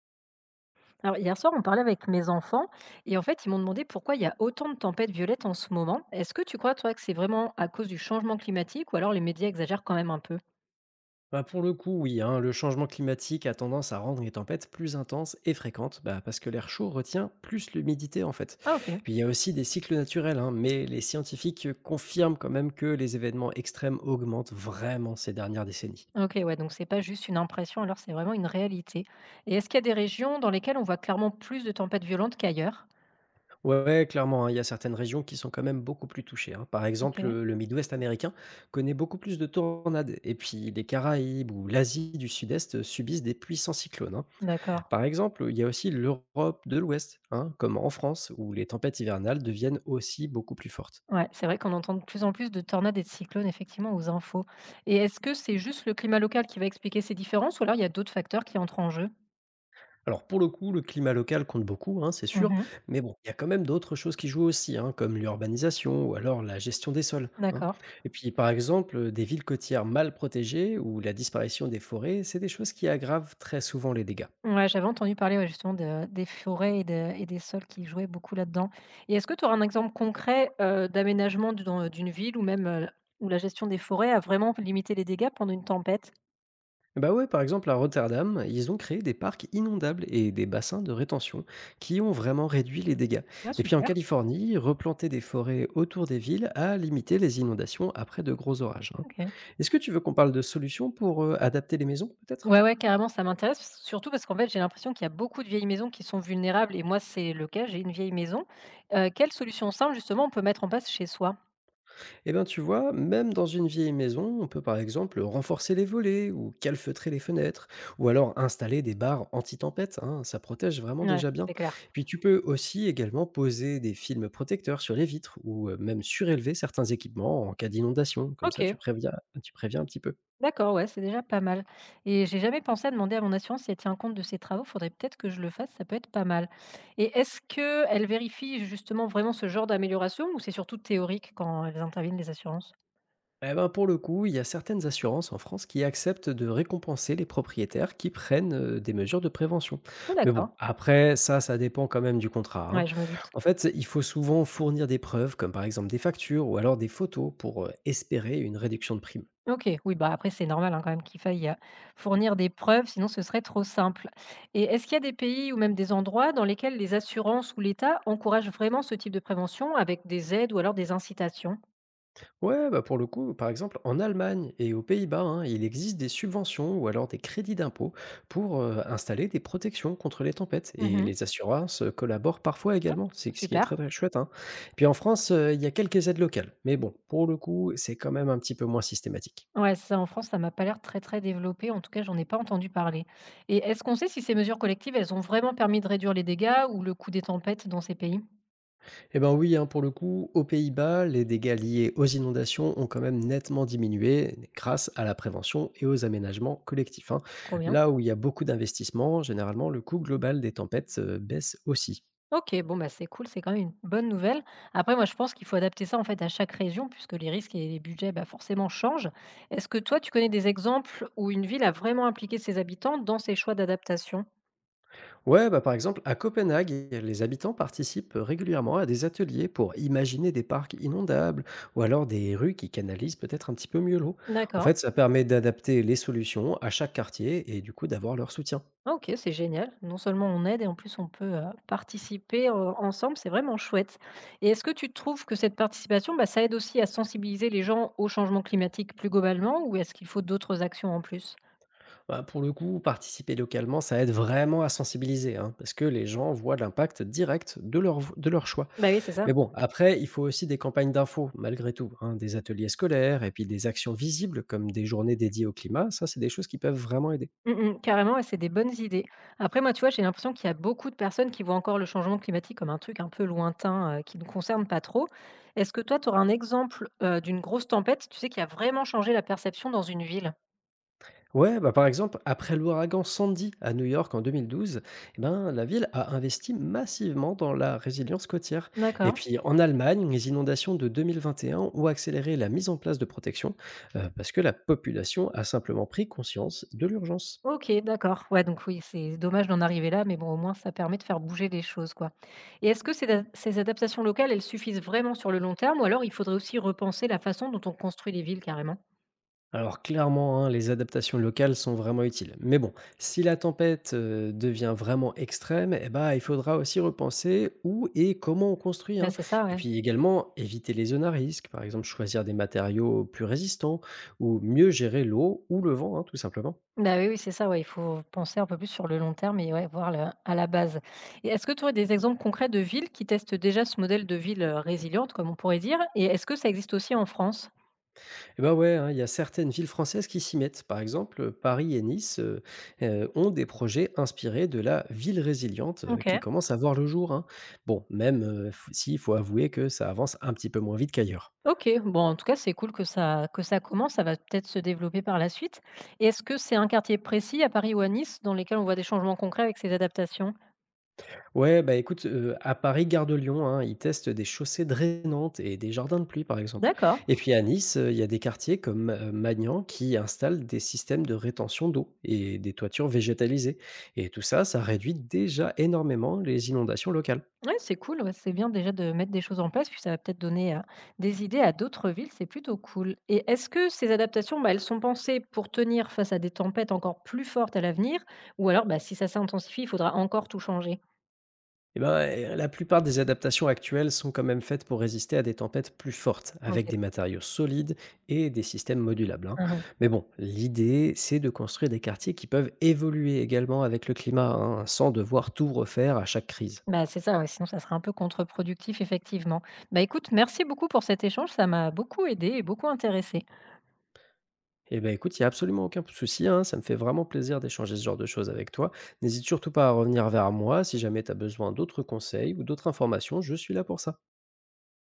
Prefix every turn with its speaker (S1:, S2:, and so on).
S1: Alors hier soir, on parlait avec mes enfants et ils m'ont demandé pourquoi il y a autant de tempêtes violettes en ce moment. Est-ce que tu crois, toi, que c'est vraiment à cause du changement climatique ou alors les médias exagèrent quand même un peu?
S2: Bah, pour le coup, oui, hein, le changement climatique a tendance à rendre les tempêtes plus intenses et fréquentes, bah, parce que l'air chaud retient plus l'humidité en fait.
S1: Ah ok.
S2: Puis il y a aussi des cycles naturels, hein, mais les scientifiques confirment quand même que les événements extrêmes augmentent vraiment ces dernières décennies.
S1: Ok, ouais, donc c'est pas juste une impression, alors c'est vraiment une réalité. Et est-ce qu'il y a des régions dans lesquelles on voit clairement plus de tempêtes violentes qu'ailleurs?
S2: Ouais, ouais, clairement, hein, il y a certaines régions qui sont quand même beaucoup plus touchées, hein. Par
S1: Ok,
S2: exemple, le Midwest américain connaît beaucoup plus de tornades, et puis les Caraïbes ou l'Asie du Sud-Est subissent des puissants cyclones, hein.
S1: d'accord.
S2: Par exemple, il y a aussi l'Europe de l'Ouest, hein, comme en France, où les tempêtes hivernales deviennent aussi beaucoup plus fortes.
S1: Ouais, c'est vrai qu'on entend de plus en plus de tornades et de cyclones, effectivement, aux infos. Et est-ce que c'est juste le climat local qui va expliquer ces différences ou alors il y a d'autres facteurs qui entrent en jeu?
S2: Alors pour le coup, le climat local compte beaucoup, hein, c'est sûr,
S1: Mhm.
S2: mais bon, il y a quand même d'autres choses qui jouent aussi, hein, comme l'urbanisation ou alors la gestion des sols, hein.
S1: D'accord.
S2: Et puis par exemple, des villes côtières mal protégées ou la disparition des forêts, c'est des choses qui aggravent très souvent les dégâts.
S1: Ouais, j'avais entendu parler, ouais, justement de des forêts et de et des sols qui jouaient beaucoup là-dedans. Et est-ce que tu aurais un exemple concret, d'aménagement du dans d'une ville ou même, où la gestion des forêts a vraiment limité les dégâts pendant une tempête?
S2: Bah ouais, par exemple à Rotterdam, ils ont créé des parcs inondables et des bassins de rétention qui ont vraiment réduit les dégâts.
S1: Ouais,
S2: Et puis en
S1: super.
S2: Californie, replanter des forêts autour des villes a limité les inondations après de gros orages, hein.
S1: OK.
S2: Est-ce que tu veux qu'on parle de solutions pour adapter les maisons peut-être?
S1: Ouais, ouais, carrément, ça m'intéresse, s surtout parce qu'en fait, j'ai l'impression qu'il y a beaucoup de vieilles maisons qui sont vulnérables et moi, c'est le cas, j'ai une vieille maison. Quelle solution simple, justement, on peut mettre en place chez soi?
S2: Eh bien, tu vois, même dans une vieille maison, on peut par exemple renforcer les volets ou calfeutrer les fenêtres, ou alors installer des barres anti-tempête, hein, ça protège vraiment
S1: Ouais,
S2: déjà bien.
S1: c'est clair.
S2: Puis tu peux aussi également poser des films protecteurs sur les vitres ou même surélever certains équipements en cas d'inondation, comme ça
S1: OK.
S2: tu préviens un petit peu.
S1: D'accord, ouais, c'est déjà pas mal. Et j'ai jamais pensé à demander à mon assurance si elle tient compte de ces travaux. Faudrait peut-être que je le fasse, ça peut être pas mal. Et est-ce que elle vérifie justement vraiment ce genre d'amélioration ou c'est surtout théorique quand elles interviennent, les assurances?
S2: Eh ben, pour le coup, il y a certaines assurances en France qui acceptent de récompenser les propriétaires qui prennent des mesures de prévention.
S1: Oh
S2: Mais bon,
S1: d'accord.
S2: après, ça dépend quand même du contrat, hein.
S1: Ouais, je me doute.
S2: En fait, il faut souvent fournir des preuves, comme par exemple des factures ou alors des photos, pour espérer une réduction de prime.
S1: OK, oui, bah, après c'est normal, hein, quand même qu'il faille, fournir des preuves, sinon ce serait trop simple. Et est-ce qu'il y a des pays ou même des endroits dans lesquels les assurances ou l'État encouragent vraiment ce type de prévention avec des aides ou alors des incitations?
S2: Ouais, bah pour le coup, par exemple, en Allemagne et aux Pays-Bas, hein, il existe des subventions ou alors des crédits d'impôt pour installer des protections contre les tempêtes. Et
S1: Mmh.
S2: les assurances collaborent parfois également, c'est ce qui est
S1: Super.
S2: très très chouette, hein. Puis en France, il y a quelques aides locales, mais bon, pour le coup, c'est quand même un petit peu moins systématique.
S1: Ouais, ça en France, ça m'a pas l'air très, très développé. En tout cas, j'en ai pas entendu parler. Et est-ce qu'on sait si ces mesures collectives, elles ont vraiment permis de réduire les dégâts ou le coût des tempêtes dans ces pays?
S2: Eh ben oui, hein, pour le coup, aux Pays-Bas, les dégâts liés aux inondations ont quand même nettement diminué grâce à la prévention et aux aménagements collectifs, hein.
S1: Trop bien.
S2: Là où il y a beaucoup d'investissements, généralement, le coût global des tempêtes baisse aussi.
S1: Ok, bon bah c'est cool, c'est quand même une bonne nouvelle. Après, moi je pense qu'il faut adapter ça en fait à chaque région, puisque les risques et les budgets bah, forcément changent. Est-ce que toi tu connais des exemples où une ville a vraiment impliqué ses habitants dans ses choix d'adaptation?
S2: Ouais, bah par exemple, à Copenhague, les habitants participent régulièrement à des ateliers pour imaginer des parcs inondables ou alors des rues qui canalisent peut-être un petit peu mieux l'eau. En
S1: D'accord.
S2: fait, ça permet d'adapter les solutions à chaque quartier et du coup d'avoir leur soutien.
S1: Ah OK, c'est génial. Non seulement on aide et en plus on peut, participer, ensemble, c'est vraiment chouette. Et est-ce que tu trouves que cette participation, bah, ça aide aussi à sensibiliser les gens au changement climatique plus globalement ou est-ce qu'il faut d'autres actions en plus?
S2: Bah, pour le coup, participer localement, ça aide vraiment à sensibiliser, hein, parce que les gens voient l'impact direct de leur, de leur choix.
S1: Bah, oui, c'est ça.
S2: Mais bon, après, il faut aussi des campagnes d'infos, malgré tout, hein, des ateliers scolaires et puis des actions visibles comme des journées dédiées au climat. Ça, c'est des choses qui peuvent vraiment aider.
S1: Mmh mh, carrément et c'est des bonnes idées. Après moi, tu vois, j'ai l'impression qu'il y a beaucoup de personnes qui voient encore le changement climatique comme un truc un peu lointain, qui ne concerne pas trop. Est-ce que toi, tu aurais un exemple, d'une grosse tempête, tu sais, qui a vraiment changé la perception dans une ville?
S2: Ouais, bah, par exemple, après l'ouragan Sandy à New York en 2012, eh ben, la ville a investi massivement dans la résilience côtière. Et
S1: D'accord.
S2: puis en Allemagne, les inondations de 2021 ont accéléré la mise en place de protections parce que la population a simplement pris conscience de l'urgence.
S1: OK, d'accord. Ouais, donc oui, c'est dommage d'en arriver là, mais bon, au moins, ça permet de faire bouger les choses, quoi. Et est-ce que ces, ces adaptations locales, elles suffisent vraiment sur le long terme, ou alors il faudrait aussi repenser la façon dont on construit les villes carrément?
S2: Alors clairement, hein, les adaptations locales sont vraiment utiles. Mais bon, si la tempête devient vraiment extrême, eh ben, il faudra aussi repenser où et comment on construit,
S1: Bah,
S2: hein.
S1: c'est ça,
S2: Et
S1: ouais.
S2: puis également, éviter les zones à risque, par exemple choisir des matériaux plus résistants, ou mieux gérer l'eau ou le vent, hein, tout simplement.
S1: Bah oui, oui, c'est ça, ouais. Il faut penser un peu plus sur le long terme et ouais, voir à la base. Et est-ce que tu aurais des exemples concrets de villes qui testent déjà ce modèle de ville résiliente, comme on pourrait dire? Et est-ce que ça existe aussi en France?
S2: Eh bah, ouais, hein, il y a certaines villes françaises qui s'y mettent. Par exemple, Paris et Nice, ont des projets inspirés de la ville résiliente,
S1: Ok.
S2: qui commence à voir le jour, hein. Bon, même, f s'il faut avouer que ça avance un petit peu moins vite qu'ailleurs.
S1: OK, bon, en tout cas, c'est cool que ça commence, ça va peut-être se développer par la suite. Et est-ce que c'est un quartier précis à Paris ou à Nice dans lesquels on voit des changements concrets avec ces adaptations?
S2: Ouais, bah, écoute, à Paris, gare de Lyon, hein, ils testent des chaussées drainantes et des jardins de pluie, par exemple.
S1: D'accord.
S2: Et puis à Nice, il y a des quartiers comme, Magnan qui installent des systèmes de rétention d'eau et des toitures végétalisées. Et tout ça, ça réduit déjà énormément les inondations locales.
S1: Ouais, c'est cool, ouais, c'est bien déjà de mettre des choses en place, puis ça va peut-être donner, des idées à d'autres villes, c'est plutôt cool. Et est-ce que ces adaptations, bah, elles sont pensées pour tenir face à des tempêtes encore plus fortes à l'avenir? Ou alors, bah, si ça s'intensifie, il faudra encore tout changer?
S2: Eh ben, la plupart des adaptations actuelles sont quand même faites pour résister à des tempêtes plus fortes,
S1: OK.
S2: avec des matériaux solides et des systèmes modulables, hein.
S1: Mmh.
S2: Mais bon, l'idée, c'est de construire des quartiers qui peuvent évoluer également avec le climat, hein, sans devoir tout refaire à chaque crise.
S1: Bah, c'est ça, ouais, sinon ça serait un peu contre-productif effectivement. Bah, écoute, merci beaucoup pour cet échange, ça m'a beaucoup aidé et beaucoup intéressé.
S2: Eh ben écoute, il n'y a absolument aucun souci, hein, ça me fait vraiment plaisir d'échanger ce genre de choses avec toi. N'hésite surtout pas à revenir vers moi si jamais tu as besoin d'autres conseils ou d'autres informations, je suis là pour ça.